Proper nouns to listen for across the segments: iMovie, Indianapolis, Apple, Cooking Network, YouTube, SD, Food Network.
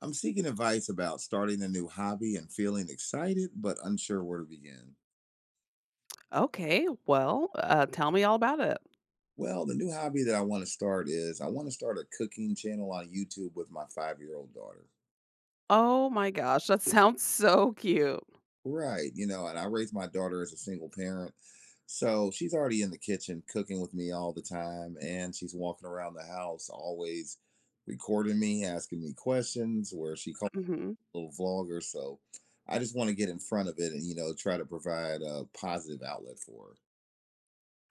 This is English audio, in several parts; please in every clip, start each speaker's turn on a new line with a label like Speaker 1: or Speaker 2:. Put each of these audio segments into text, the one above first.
Speaker 1: I'm seeking advice about starting a new hobby and feeling excited but unsure where to begin.
Speaker 2: Okay, well, tell me all about it.
Speaker 1: Well, the new hobby that I want to start is I want to start a cooking channel on YouTube with my 5 year old daughter.
Speaker 2: Oh my gosh, that sounds so cute.
Speaker 1: Right. You know, and I raised my daughter as a single parent. So she's already in the kitchen cooking with me all the time. And she's walking around the house always recording me, asking me questions, where she calls
Speaker 2: Mhm.
Speaker 1: me a little vlogger. So I just want to get in front of it and, try to provide a positive outlet for her.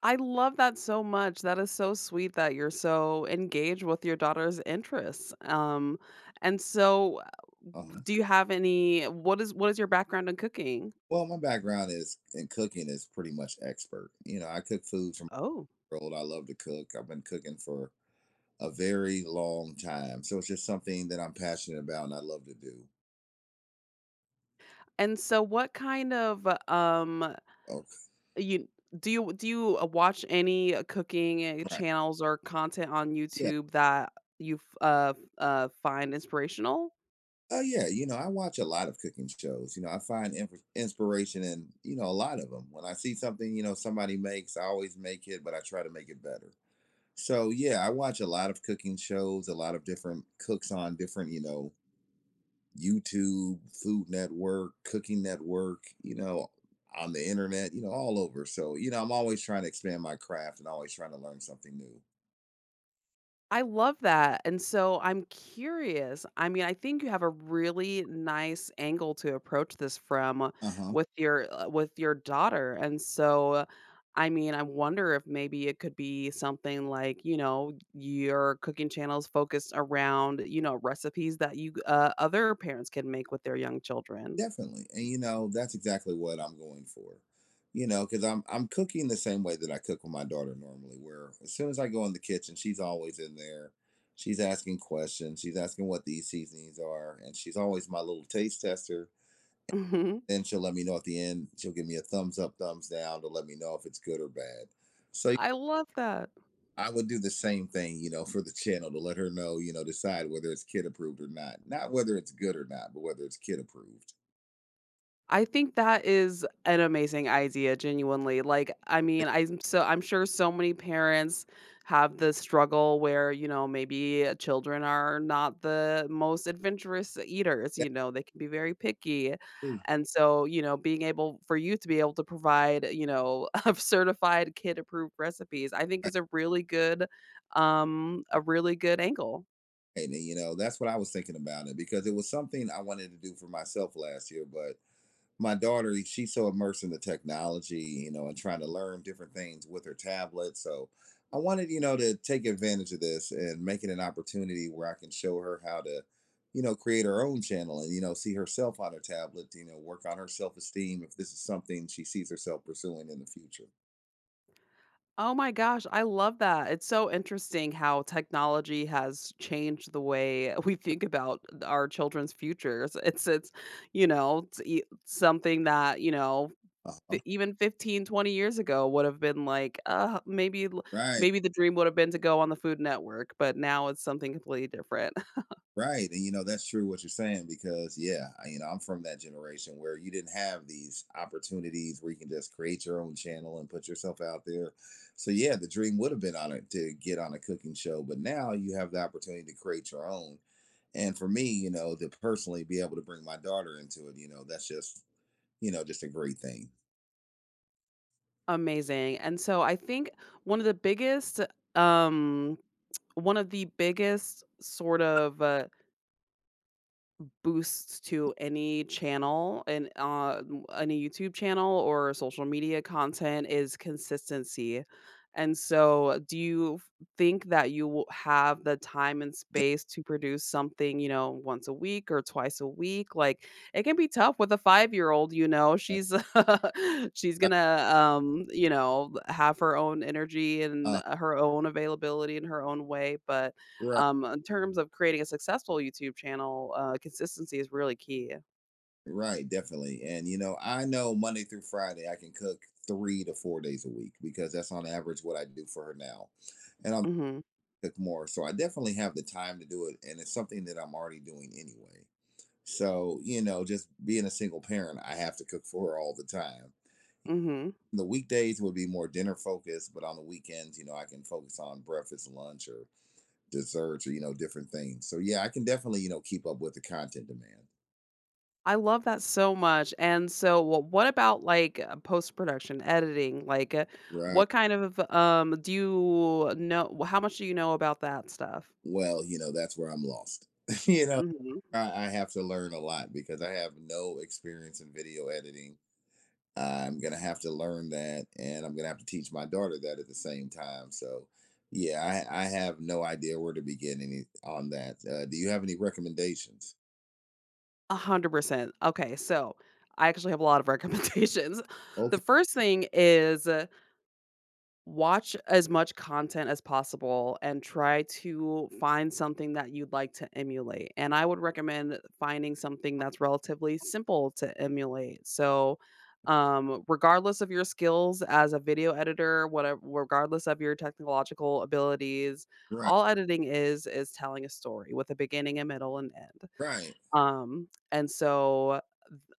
Speaker 2: I love that so much. That is so sweet that you're so engaged with your daughter's interests. And so
Speaker 1: Uh-huh.
Speaker 2: do you have any what is your background in cooking?
Speaker 1: Well, my background is in cooking is pretty much expert. You know, I cook foods from
Speaker 2: Oh.
Speaker 1: the world. I love to cook. I've been cooking for a very long time. So it's just something that I'm passionate about and I love to do.
Speaker 2: And so what kind of
Speaker 1: Oh.
Speaker 2: you do you do you watch any cooking
Speaker 1: Right.
Speaker 2: channels or content on
Speaker 1: Yeah.
Speaker 2: YouTube that you f- uh find inspirational?
Speaker 1: Oh, yeah. You know, I watch a lot of cooking shows. You know, I find inspiration in, a lot of them. When I see something, somebody makes, I always make it, but I try to make it better. So, yeah, I watch a lot of cooking shows, a lot of different cooks on different, you know, YouTube, Food Network, Cooking Network, you know, on the internet, you know, all over. So, you know, I'm always trying to expand my craft and always trying to learn something new.
Speaker 2: I love that, and so I'm curious. I mean, I think you have a really nice angle to approach this from
Speaker 1: Uh huh.
Speaker 2: with your daughter. And so, I mean, I wonder if maybe it could be something like, you know, your cooking channels focused around, you know, recipes that you other parents can make with their young children.
Speaker 1: Definitely. And, you know, that's exactly what I'm going for. You know, because I'm cooking the same way that I cook with my daughter normally, where as soon as I go in the kitchen, she's always in there. She's asking questions. She's asking what these seasonings are. And she's always my little taste tester.
Speaker 2: Mhm.
Speaker 1: Then she'll let me know at the end. She'll give me a thumbs up, thumbs down to let me know if it's good or bad. So yeah,
Speaker 2: I love that.
Speaker 1: I would do the same thing, for the channel to let her know, decide whether it's kid approved or not. Not whether it's good or not, but whether it's kid approved.
Speaker 2: I think that is an amazing idea, genuinely. Like, I mean, I'm sure so many parents have the struggle where, you know, maybe children are not the most adventurous eaters, you
Speaker 1: That's.
Speaker 2: know, they can be very picky.
Speaker 1: Mm.
Speaker 2: And so, you know, being able for you to be able to provide, you know, of certified kid approved recipes, I think
Speaker 1: Right.
Speaker 2: is a really good angle.
Speaker 1: And, you know, that's what I was thinking about it because it was something I wanted to do for myself last year, but my daughter, she's so immersed in the technology, you know, and trying to learn different things with her tablet. So I wanted, to take advantage of this and make it an opportunity where I can show her how to, create her own channel and, see herself on her tablet, work on her self-esteem if this is something she sees herself pursuing in the future.
Speaker 2: Oh my gosh, I love that. It's so interesting how technology has changed the way we think about our children's futures. You know, it's something that, you know,
Speaker 1: Uh-huh.
Speaker 2: even 15 to 20 years ago would have been like,
Speaker 1: Right.
Speaker 2: maybe the dream would have been to go on the Food Network, but now it's something completely different.
Speaker 1: Right. And you know, that's true what you're saying because yeah, you know, I'm from that generation where you didn't have these opportunities where you can just create your own channel and put yourself out there. So yeah, the dream would have been on it to get on a cooking show, but now you have the opportunity to create your own. And for me, to personally be able to bring my daughter into it, that's just, just a great thing.
Speaker 2: Amazing. And so I think one of the biggest um one of the biggest sort of boosts to any channel and any YouTube channel or social media content is consistency. And so, think that you will have the time and space to produce something, you know, once a week or twice a week? Like, it can be tough with a 5 year old, you know,
Speaker 1: Uh,
Speaker 2: she's, she's
Speaker 1: right.
Speaker 2: gonna, you know, have her own energy and
Speaker 1: Uh,
Speaker 2: her own availability in her own way. But in terms of creating a successful YouTube channel, consistency is really key.
Speaker 1: Right, definitely. And you know, I know Monday through Friday I can cook 3 to 4 days a week because that's on average what I do for her now. And I'm
Speaker 2: Mhm,
Speaker 1: cook more. So I definitely have the time to do it. And it's something that I'm already doing anyway. So, just being a single parent, I have to cook for her all the time.
Speaker 2: mhm.
Speaker 1: The weekdays would be more dinner focused, but on the weekends, I can focus on breakfast, lunch, or desserts, or, you know, different things. So, yeah, I can definitely, keep up with the content demand.
Speaker 2: I love that so much. And so what about, like, post-production, editing, like,
Speaker 1: Right.
Speaker 2: what kind of, do you know how much do you know about that stuff?
Speaker 1: Well, you know, that's where I'm lost. You know,
Speaker 2: Mhm.
Speaker 1: I have to learn a lot because I have no experience in video editing. I'm gonna have to learn that, and I'm gonna have to teach my daughter that at the same time. So, yeah, I have no idea where to begin any on that. Do you have any recommendations?
Speaker 2: 100%. Okay, so I actually have a lot of recommendations. The
Speaker 1: Okay,
Speaker 2: first thing is watch as much content as possible and try to find something that you'd like to emulate, and I would recommend finding something that's relatively simple to emulate. So, regardless of your skills as a video editor, whatever regardless of your technological abilities,
Speaker 1: right,
Speaker 2: all editing is telling a story with a beginning, a middle, and end.
Speaker 1: right.
Speaker 2: And so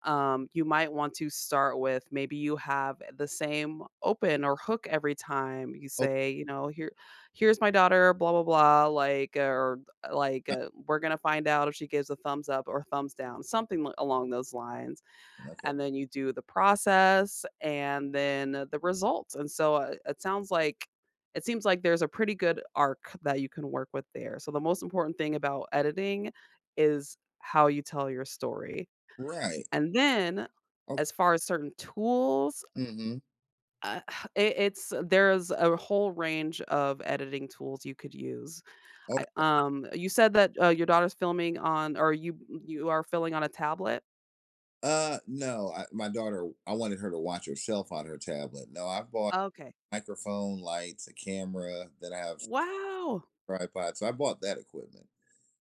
Speaker 2: you might want to start with maybe you have the same open or hook every time you
Speaker 1: Okay,
Speaker 2: say, you know, here, here's my daughter, blah blah blah, like or like we're gonna find out if she gives a thumbs up or thumbs down, something along those lines,
Speaker 1: okay,
Speaker 2: and then you do the process and then the results. And so it seems like there's a pretty good arc that you can work with there. So the most important thing about editing is how you tell your story.
Speaker 1: right.
Speaker 2: And then,
Speaker 1: Okay.
Speaker 2: as far as certain tools,
Speaker 1: Mm-hmm.
Speaker 2: uh, it it's there's a whole range of editing tools you could use. I
Speaker 1: Okay.
Speaker 2: you said that, your daughter's filming on or you are filming on a tablet?
Speaker 1: No, my daughter. I wanted her to watch herself on her tablet. No, I bought
Speaker 2: Okay.
Speaker 1: microphone, lights, a camera. Then I have
Speaker 2: Wow!
Speaker 1: tripod. So I bought that equipment.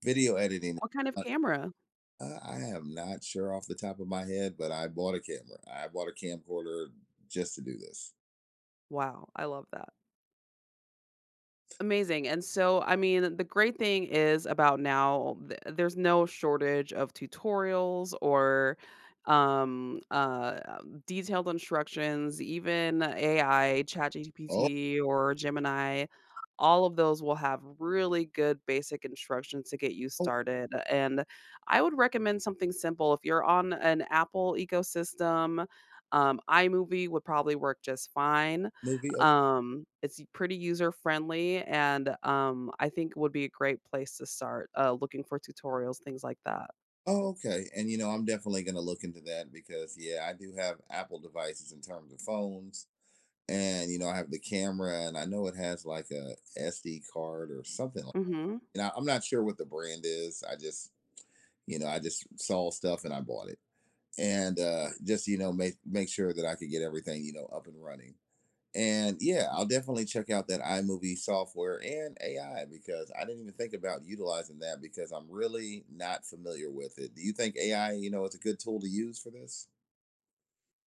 Speaker 1: Video editing.
Speaker 2: What kind of
Speaker 1: Uh,
Speaker 2: camera?
Speaker 1: I am not sure off the top of my head, but I bought a camera. I bought a camcorder just to do this.
Speaker 2: Wow, I love that. Amazing. And so, I mean, the great thing is about now, th there's no shortage of tutorials or, detailed instructions, even AI,
Speaker 1: Oh,
Speaker 2: ChatGPT or Gemini. All of those will have really good basic instructions to get you
Speaker 1: oh,
Speaker 2: started, and I would recommend something simple. If you're on an Apple ecosystem, iMovie would probably work just fine.
Speaker 1: movie. Oh,
Speaker 2: Um, it's pretty user friendly, and I think would be a great place to start, looking for tutorials, things like that.
Speaker 1: oh, okay. And you know, I'm definitely going to look into that because yeah, I do have Apple devices in terms of phones, and you know, I have the camera, and I know it has like a SD card or something. Like,
Speaker 2: Mhm.
Speaker 1: I'm not sure what the brand is. I just, I just saw stuff and I bought it, and just you know, make sure that I could get everything, you know, up and running. And yeah, I'll definitely check out that iMovie software and AI because I didn't even think about utilizing that because I'm really not familiar with it. Do you think AI, is a good tool to use for this?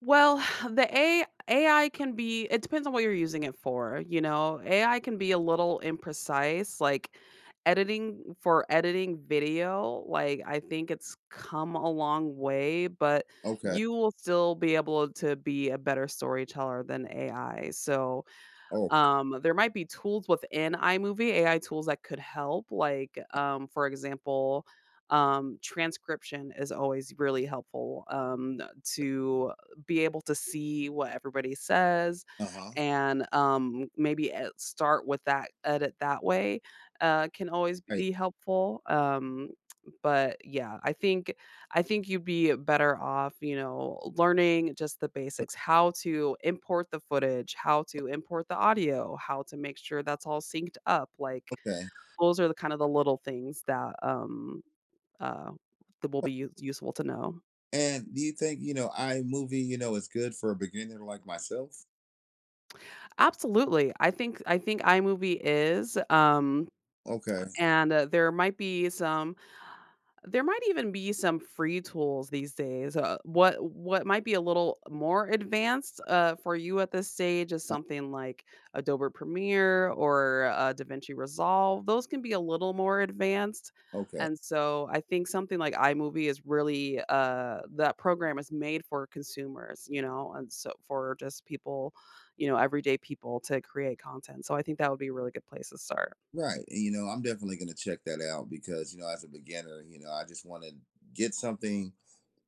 Speaker 2: Well, the A AI can be it depends on what you're using it for, you know? AI can be a little imprecise, like, editing video. Like, I think it's come a long way, but
Speaker 1: Okay.
Speaker 2: you will still be able to be a better storyteller than AI. So
Speaker 1: Oh,
Speaker 2: um, there might be tools within iMovie, AI tools that could help, like, for example, transcription is always really helpful, to be able to see what everybody says
Speaker 1: uh-huh.
Speaker 2: and, maybe e start with that edit that way, can always
Speaker 1: Right.
Speaker 2: be helpful. Um, but yeah, I think you'd be better off, you know, learning just the basics, how to import the footage, how to import the audio, how to make sure that's all synced up. Like
Speaker 1: Okay.
Speaker 2: those are the kind of the little things that uh that will be useful to know.
Speaker 1: And do you think, iMovie, is good for a beginner like myself?
Speaker 2: Absolutely. I think iMovie is
Speaker 1: Okay.
Speaker 2: and there might be some there might even be some free tools these days. What might be a little more advanced for you at this stage is
Speaker 1: uh,
Speaker 2: something like Adobe Premiere or DaVinci Resolve. Those can be a little more advanced,
Speaker 1: Okay.
Speaker 2: and so I think something like iMovie is really that program is made for consumers, you know, and so for just people, you know, everyday people to create content. So I think that would be a really good place to start.
Speaker 1: Right. And you know, I'm definitely going to check that out because, as a beginner, I just want to get something,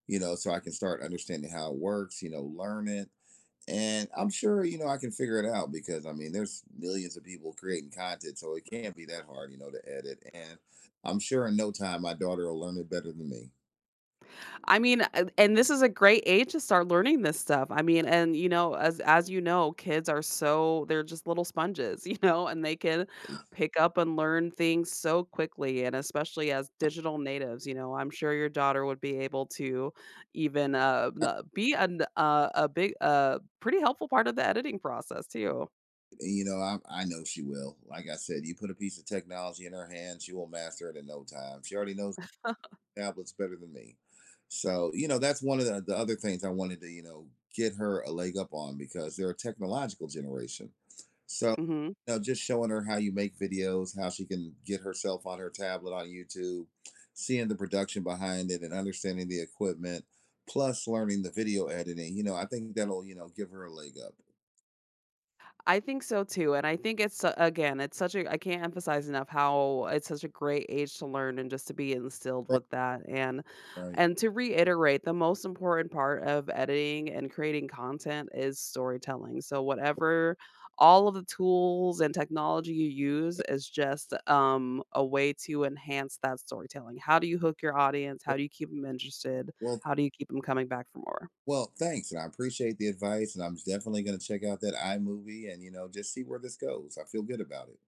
Speaker 1: so I can start understanding how it works, learn it. And I'm sure, I can figure it out because I mean, there's millions of people creating content, so it can't be that hard, to edit. And I'm sure in no time my daughter will learn it better than me.
Speaker 2: I mean, and this is a great age to start learning this stuff. I mean, and you know, as you know, kids are so they're just little sponges, you know, and they can pick up and learn things so quickly. And especially as digital natives, you know, I'm sure your daughter would be able to even be a big, pretty helpful part of the editing process too.
Speaker 1: And, you know, I know she will. Like I said, you put a piece of technology in her hand, she will master it in no time. She already knows tablets better than me. So, you know, that's one of the other things I wanted to, get her a leg up on because they're a technological generation. So
Speaker 2: Mhm.
Speaker 1: no, just showing her how you make videos, how she can get herself on her tablet on YouTube, seeing the production behind it and understanding the equipment, plus learning the video editing. You know, I think that'll, give her a leg up.
Speaker 2: I think so too. And I think it's a again, it's such a I can't emphasize enough how it's such a great age to learn and just to be instilled
Speaker 1: Right.
Speaker 2: with that,
Speaker 1: Right.
Speaker 2: and to reiterate, the most important part of editing and creating content is storytelling. So whatever all of the tools and technology you use is just a way to enhance that storytelling. How do you hook your audience? How do you keep them interested?
Speaker 1: Well,
Speaker 2: How do you keep them coming back for more?
Speaker 1: well, thanks. And I appreciate the advice. And I'm definitely going to check out that iMovie and, just see where this goes. I feel good about it.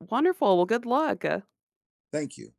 Speaker 2: Wonderful. Well, good luck.
Speaker 1: Thank you.